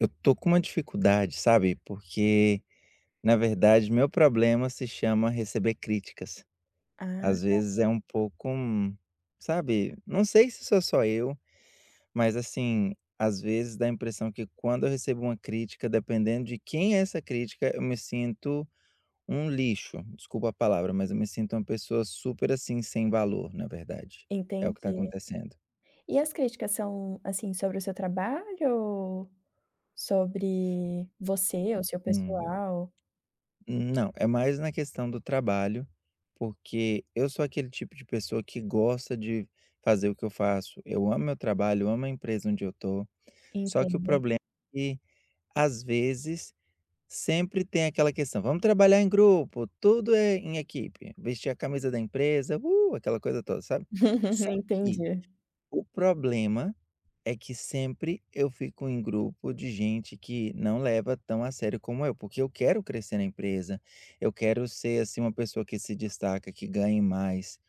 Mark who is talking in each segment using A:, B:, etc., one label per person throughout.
A: Eu tô com uma dificuldade, sabe, porque, na verdade, meu problema se chama receber críticas.
B: Ah,
A: Às vezes é um pouco, sabe, não sei se sou só eu, mas, assim, às vezes dá a impressão que quando eu recebo uma crítica, dependendo de quem é essa crítica, eu me sinto um lixo, desculpa a palavra, mas eu me sinto uma pessoa super, assim, sem valor, na verdade. É o que tá
B: entendi.
A: acontecendo.
B: E as críticas são, assim, sobre o seu trabalho ou sobre você, o seu
A: Hum.
B: pessoal?
A: Não, é mais na questão do trabalho, porque eu sou aquele tipo de pessoa que gosta de fazer o que eu faço. Eu amo meu trabalho, eu amo a empresa onde eu tô. Só que o
B: Entendo.
A: problema é que, às vezes, sempre tem aquela questão: vamos trabalhar em grupo, tudo é em equipe, vestir a camisa da empresa, aquela coisa toda, sabe? Só que
B: Entendi.
A: o problema é que sempre eu fico em grupo de gente que não leva tão a sério como eu, porque eu quero crescer na empresa, eu quero ser assim uma pessoa que se destaca, que ganhe mais.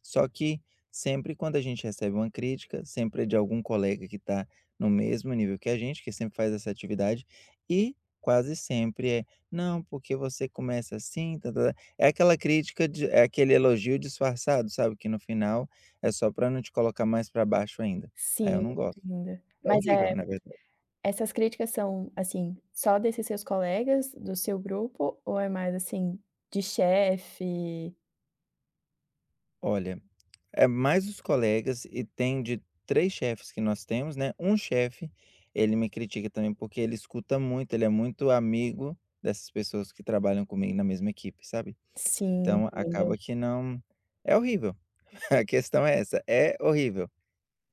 A: Só que sempre quando a gente recebe uma crítica, sempre é de algum colega que está no mesmo nível que a gente, que sempre faz essa atividade, e quase sempre é, não, porque você começa assim, tá, tá, tá". é aquela crítica, é aquele elogio disfarçado, sabe? Que no final é só para não te colocar mais para baixo ainda. Aí eu
B: Sim,
A: não gosto.
B: entendo.
A: É
B: Mas,
A: horrível,
B: é
A: na verdade.
B: essas críticas são, assim, só desses seus colegas do seu grupo ou é mais, assim, de chefe?
A: Olha, é mais os colegas e tem de 3 chefes que nós temos, né, um chefe, ele me critica também porque ele escuta muito, ele é muito amigo dessas pessoas que trabalham comigo na mesma equipe, sabe.
B: Sim,
A: Então
B: entendo.
A: acaba que não é horrível, a questão é essa, é horrível.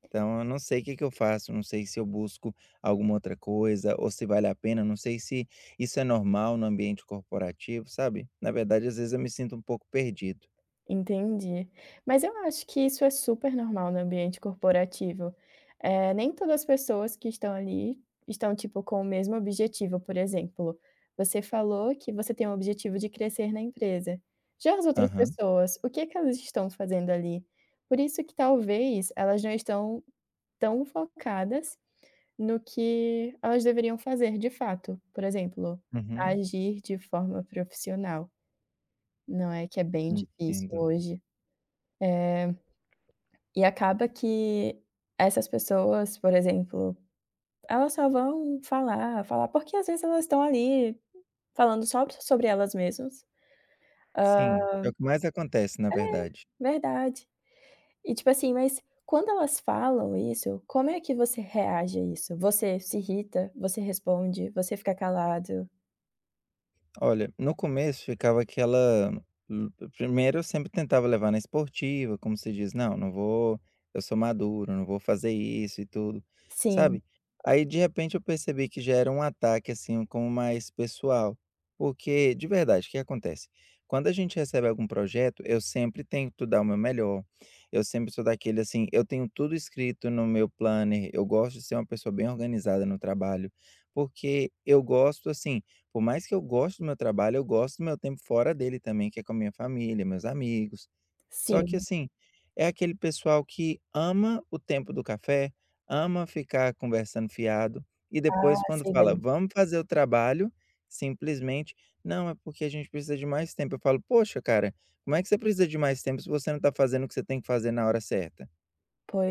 A: Então eu não sei o que que eu faço, não sei se eu busco alguma outra coisa ou se vale a pena, não sei se isso é normal no ambiente corporativo, sabe. Na verdade, às vezes eu me sinto um pouco perdido.
B: Entendi. Mas eu acho que isso é super normal no ambiente corporativo. Nem todas as pessoas que estão ali estão, tipo, com o mesmo objetivo. Por exemplo, você falou que você tem o objetivo de crescer na empresa. Já as outras
A: Aham,
B: pessoas, o que é que elas estão fazendo ali? Por isso que talvez elas não estão tão focadas no que elas deveriam fazer de fato, por exemplo,
A: uhum.
B: agir de forma profissional. Não é que é bem difícil
A: Entendo.
B: hoje. Eh e acaba que essas pessoas, por exemplo, elas só vão falar, falar, porque às vezes elas estão ali falando só sobre elas mesmas.
A: Sim, é o que mais acontece, na verdade.
B: Verdade. E tipo assim, mas quando elas falam isso, como é que você reage a isso? Você se irrita? Você responde? Você fica calado?
A: Olha, no começo ficava aquela hum, primeiro eu sempre tentava levar na esportiva, como se diz: "Não, não vou eu sou maduro, não vou fazer isso e tudo",
B: Sim,
A: sabe. Aí, de repente, eu percebi que já era um ataque, assim, como mais pessoal, porque de verdade, o que acontece? Quando a gente recebe algum projeto, eu sempre tento dar o meu melhor, eu sempre sou daquele, assim, eu tenho tudo escrito no meu planner, eu gosto de ser uma pessoa bem organizada no trabalho, porque eu gosto, assim por mais que eu goste do meu trabalho, eu gosto do meu tempo fora dele também, que é com a minha família, meus amigos. Só que
B: sim.
A: assim, é aquele pessoal que ama o tempo do café, ama ficar conversando fiado, e
B: Ah,
A: depois quando
B: sei
A: fala:
B: bem.
A: "Vamos fazer o trabalho", simplesmente: "Não, é porque a gente precisa de mais tempo". Eu falo: "Poxa, cara, como é que você precisa de mais tempo se você não está fazendo o que você tem que fazer na hora certa?".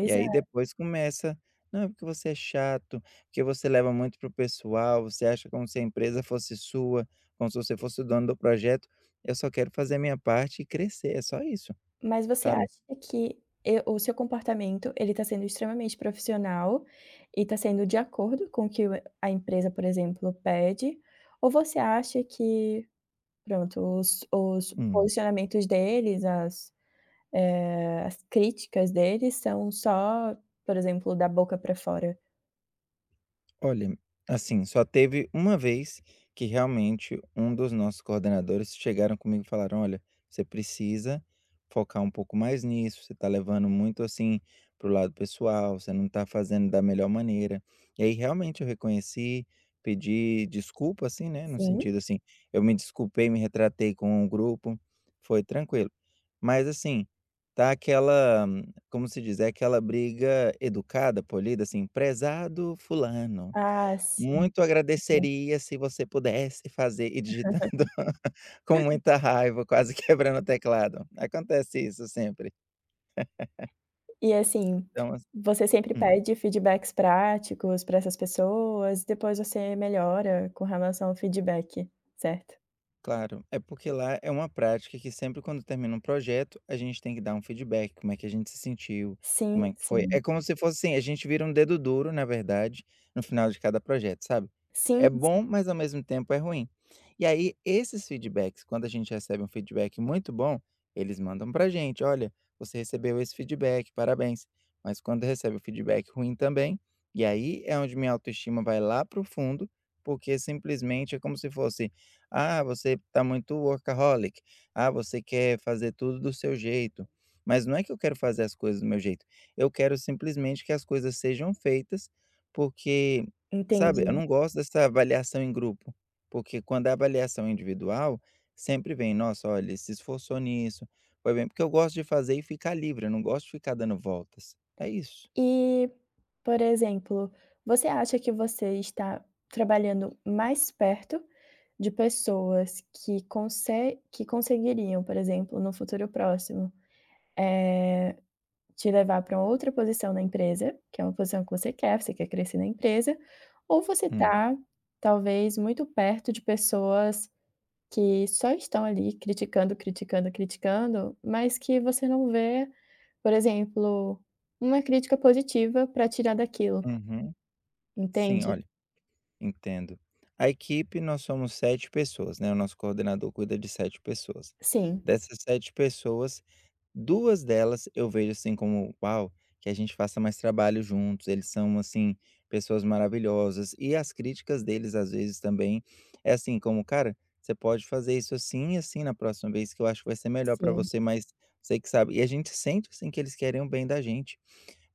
A: E aí depois começa: "Não, é porque você é chato, porque você leva muito pro pessoal, você acha como se a empresa fosse sua, como se você fosse o dono do projeto. Eu só quero fazer a minha parte e crescer, é só isso",
B: mas você
A: sabe?
B: acha que e o seu comportamento, ele está sendo extremamente profissional e está sendo de acordo com o que o a empresa, por exemplo, pede? Ou você acha que, pronto, os posicionamentos deles, as, as críticas deles são só, por exemplo, da boca para fora?
A: Olha, assim, só teve uma vez que realmente um dos nossos coordenadores chegaram comigo e falaram: "Olha, você precisa focar um pouco mais nisso, você está levando muito, assim, para o lado pessoal, você não está fazendo da melhor maneira". E aí realmente eu reconheci, pedi desculpa, assim, né, no
B: Sim?
A: sentido, assim, eu me desculpei, me retratei com o grupo, foi tranquilo. Mas assim, tá aquela, como se diz, é aquela briga educada, polida, assim: "Prezado fulano".
B: Ah, sim.
A: Muito agradeceria se você pudesse fazer e digitando com muita raiva, quase quebrando o teclado. Acontece isso sempre.
B: E assim,
A: Então, assim
B: você sempre
A: hum.
B: pede feedbacks práticos para essas pessoas, depois você melhora com relação ao feedback, certo?
A: Claro, é porque lá é uma prática que sempre quando termina um projeto, a gente tem que dar um feedback, como é que a gente se sentiu,
B: Sim,
A: como é que foi.
B: sim.
A: É como se fosse assim, a gente vira um dedo duro, na verdade, no final de cada projeto, sabe?
B: Sim,
A: É
B: sim,
A: bom, mas ao mesmo tempo é ruim. E aí, esses feedbacks, quando a gente recebe um feedback muito bom, eles mandam pra gente, olha, você recebeu esse feedback, parabéns. Mas quando recebe o feedback ruim também, e aí é onde minha autoestima vai lá pro fundo, porque simplesmente é como se fosse ah, você está muito workaholic. Ah, você quer fazer tudo do seu jeito. Mas não é que eu quero fazer as coisas do meu jeito. Eu quero simplesmente que as coisas sejam feitas, porque, sabe,
B: entendi.
A: eu não gosto dessa avaliação em grupo. Porque quando é avaliação é individual, sempre vem, nossa, olha, ele se esforçou nisso. Foi bem, porque eu gosto de fazer e ficar livre, eu não gosto de ficar dando voltas. É isso.
B: E, por exemplo, você acha que você está trabalhando mais perto de pessoas que conseguiriam, por exemplo, no futuro próximo, eh, te levar para outra posição na empresa, que é uma posição que você quer? Você quer crescer na empresa, ou você
A: Hum.
B: está talvez muito perto de pessoas que só estão ali criticando, criticando, criticando, mas que você não vê, por exemplo, uma crítica positiva para tirar daquilo,
A: Uhum. Sim,
B: entende?
A: olha. Entendo. A equipe, nós somos 7 pessoas, né, o nosso coordenador cuida de 7 pessoas.
B: Sim,
A: Dessas 7 pessoas, 2 delas eu vejo, assim, como: "Uau, que a gente faça mais trabalho juntos, eles são, assim, pessoas maravilhosas". E as críticas deles, às vezes, também é assim como: "Cara, você pode fazer isso assim e assim na próxima vez, que eu acho que vai ser melhor para
B: sim,
A: você, mas você que sabe". E a gente sente, assim, que eles querem o bem da gente.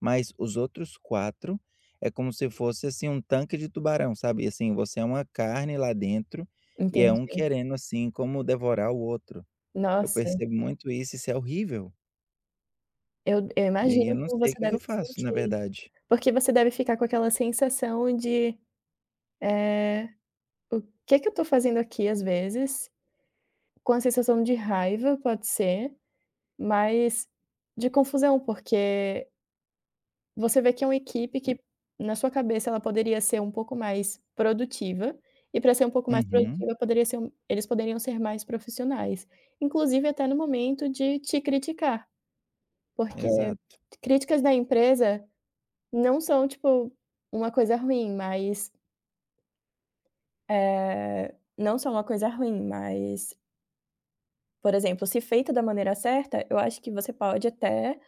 A: Mas os outros 4 é como se fosse, assim, um tanque de tubarão, sabe, e assim, você é uma carne lá dentro, e é um
B: entendi.
A: querendo, assim, como devorar o outro. Eu
B: Nossa,
A: percebo muito isso, isso é horrível.
B: eu
A: E aí eu
B: imagino
A: não
B: como
A: sei o
B: você
A: que que
B: deve
A: eu
B: se
A: faço, na
B: sentir,
A: verdade.
B: porque você deve ficar com aquela sensação de, eh o que que eu tô fazendo aqui, às vezes, com a sensação de raiva, pode ser, mas de confusão, porque você vê que é uma equipe que, na sua cabeça, ela poderia ser um pouco mais produtiva, e para ser um pouco mais
A: Uhum,
B: produtiva, poderia ser eles poderiam ser mais profissionais. Inclusive até no momento de te criticar, porque
A: exato.
B: críticas da empresa não são, tipo, uma coisa ruim, mas, não são uma coisa ruim, mas, por exemplo, se feita da maneira certa, eu acho que você pode até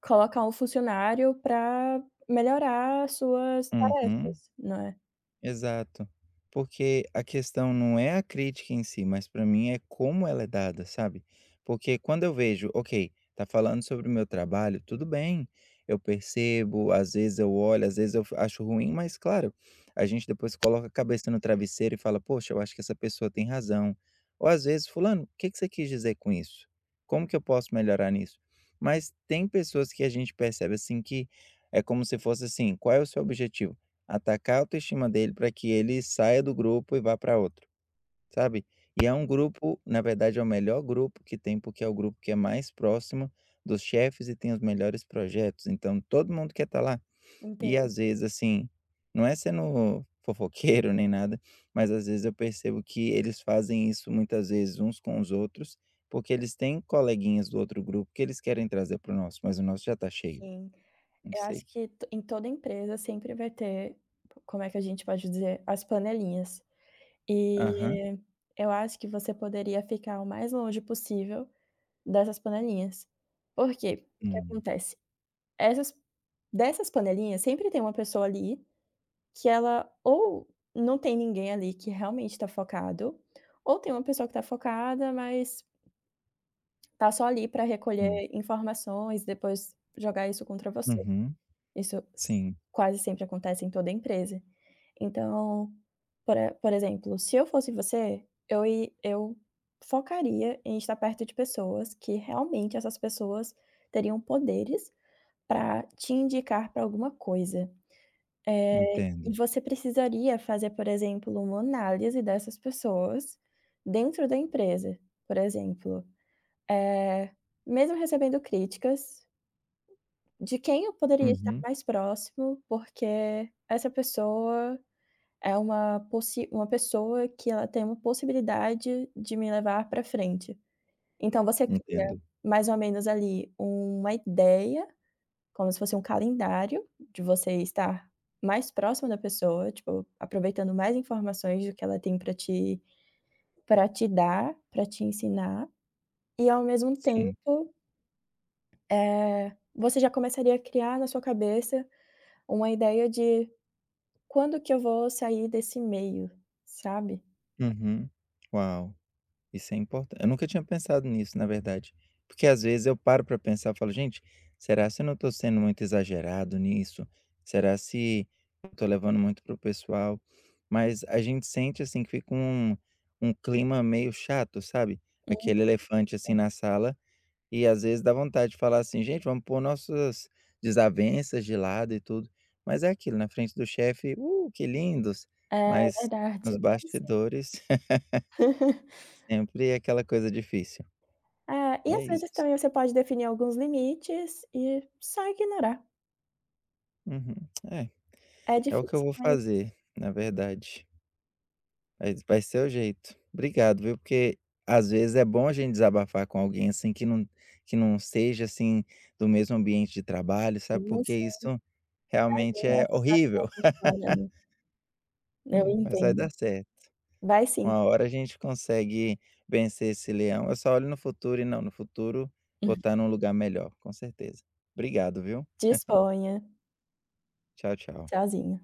B: colocar um funcionário para melhorar suas
A: Uhum.
B: tarefas, não é.
A: Exato. Porque a questão não é a crítica em si, mas para mim é como ela é dada, sabe? Porque quando eu vejo, ok, tá falando sobre o meu trabalho, tudo bem, eu percebo, às vezes eu olho, às vezes eu acho ruim, mas claro, a gente depois coloca a cabeça no travesseiro e fala, poxa, eu acho que essa pessoa tem razão. Ou às vezes, fulano, o que que você quis dizer com isso? Como que eu posso melhorar nisso? Mas tem pessoas que a gente percebe assim que é como se fosse assim, qual é o seu objetivo? Atacar a autoestima dele para que ele saia do grupo e vá para outro, sabe. E é um grupo na verdade é o melhor grupo que tem, porque é o grupo que é mais próximo dos chefes e tem os melhores projetos, então todo mundo quer estar lá. E
B: Entendo,
A: às vezes, assim, não é sendo fofoqueiro nem nada, mas às vezes eu percebo que eles fazem isso muitas vezes uns com os outros, porque eles têm coleguinhas do outro grupo que eles querem trazer para o nosso, mas o nosso já está cheio,
B: sim.
A: não
B: Eu
A: sei.
B: acho que to em toda empresa sempre vai ter, como é que a gente pode dizer, as panelinhas.
A: Aham.
B: E eu acho que você poderia ficar o mais longe possível dessas panelinhas. Por quê? O que
A: Hum,
B: acontece? Essas Dessas panelinhas sempre tem uma pessoa ali que ela ou não tem ninguém ali que realmente está focado, ou tem uma pessoa que está focada, mas tá só ali para
A: hum.
B: recolher informações, depois jogar isso contra você.
A: Uhum,
B: Isso s
A: sim.
B: Quase sempre acontece em toda empresa. Então, por exemplo, se eu fosse você, eu focaria em estar perto de pessoas que realmente essas pessoas teriam poderes para te indicar para alguma coisa. Eh,
A: Entendo.
B: e você precisaria fazer, por exemplo, uma análise dessas pessoas dentro da empresa, por exemplo, eh, mesmo recebendo críticas, de quem eu poderia estar
A: Uhum.
B: mais próximo, porque essa pessoa é uma possi uma pessoa que ela tem uma possibilidade de me levar para frente. Então você cria
A: Entendo.
B: mais ou menos ali uma ideia como se fosse um calendário de você estar mais próximo da pessoa, tipo, aproveitando mais informações do que ela tem para te dar, para te ensinar, e ao mesmo
A: Sim.
B: tempo, você já começaria a criar na sua cabeça uma ideia de quando que eu vou sair desse meio, sabe.
A: Uhum. Uau, isso é importante. Eu nunca tinha pensado nisso, na verdade. Porque às vezes eu paro para pensar, e falo: "Gente, será se eu não estou sendo muito exagerado nisso? Será se eu tô levando muito pro pessoal?" Mas a gente sente, assim, que fica um clima meio chato, sabe?
B: Uhum.
A: Aquele elefante, assim, na sala. E às vezes dá vontade de falar assim: "Gente, vamos pôr nossas desavenças de lado e tudo". Mas é aquilo, na frente do chefe: que lindos!",
B: É
A: mas
B: verdade,
A: nos
B: é quase sempre.
A: bastidores sempre é aquela coisa difícil.
B: É, e às
A: É
B: vezes
A: isso.
B: também você pode definir alguns limites e só ignorar.
A: Uhum. É,
B: É
A: é o que eu
B: difícil,
A: vou
B: mas
A: fazer, na verdade. Vai ser o jeito. Obrigado, viu, porque às vezes é bom a gente desabafar com alguém, assim, que não seja, assim, do mesmo ambiente de trabalho,
B: sim.
A: sabe, porque isso realmente
B: Trazer a
A: é
B: situação
A: horrível.
B: por fora, né. Eu
A: Mas vai
B: entendo.
A: dar certo.
B: Vai sim.
A: Uma hora a gente consegue vencer esse leão. Eu só olho no futuro e não, no futuro vou estar num lugar melhor, com certeza. Obrigado, viu.
B: Disponha.
A: Tchau, tchau.
B: Tchauzinho.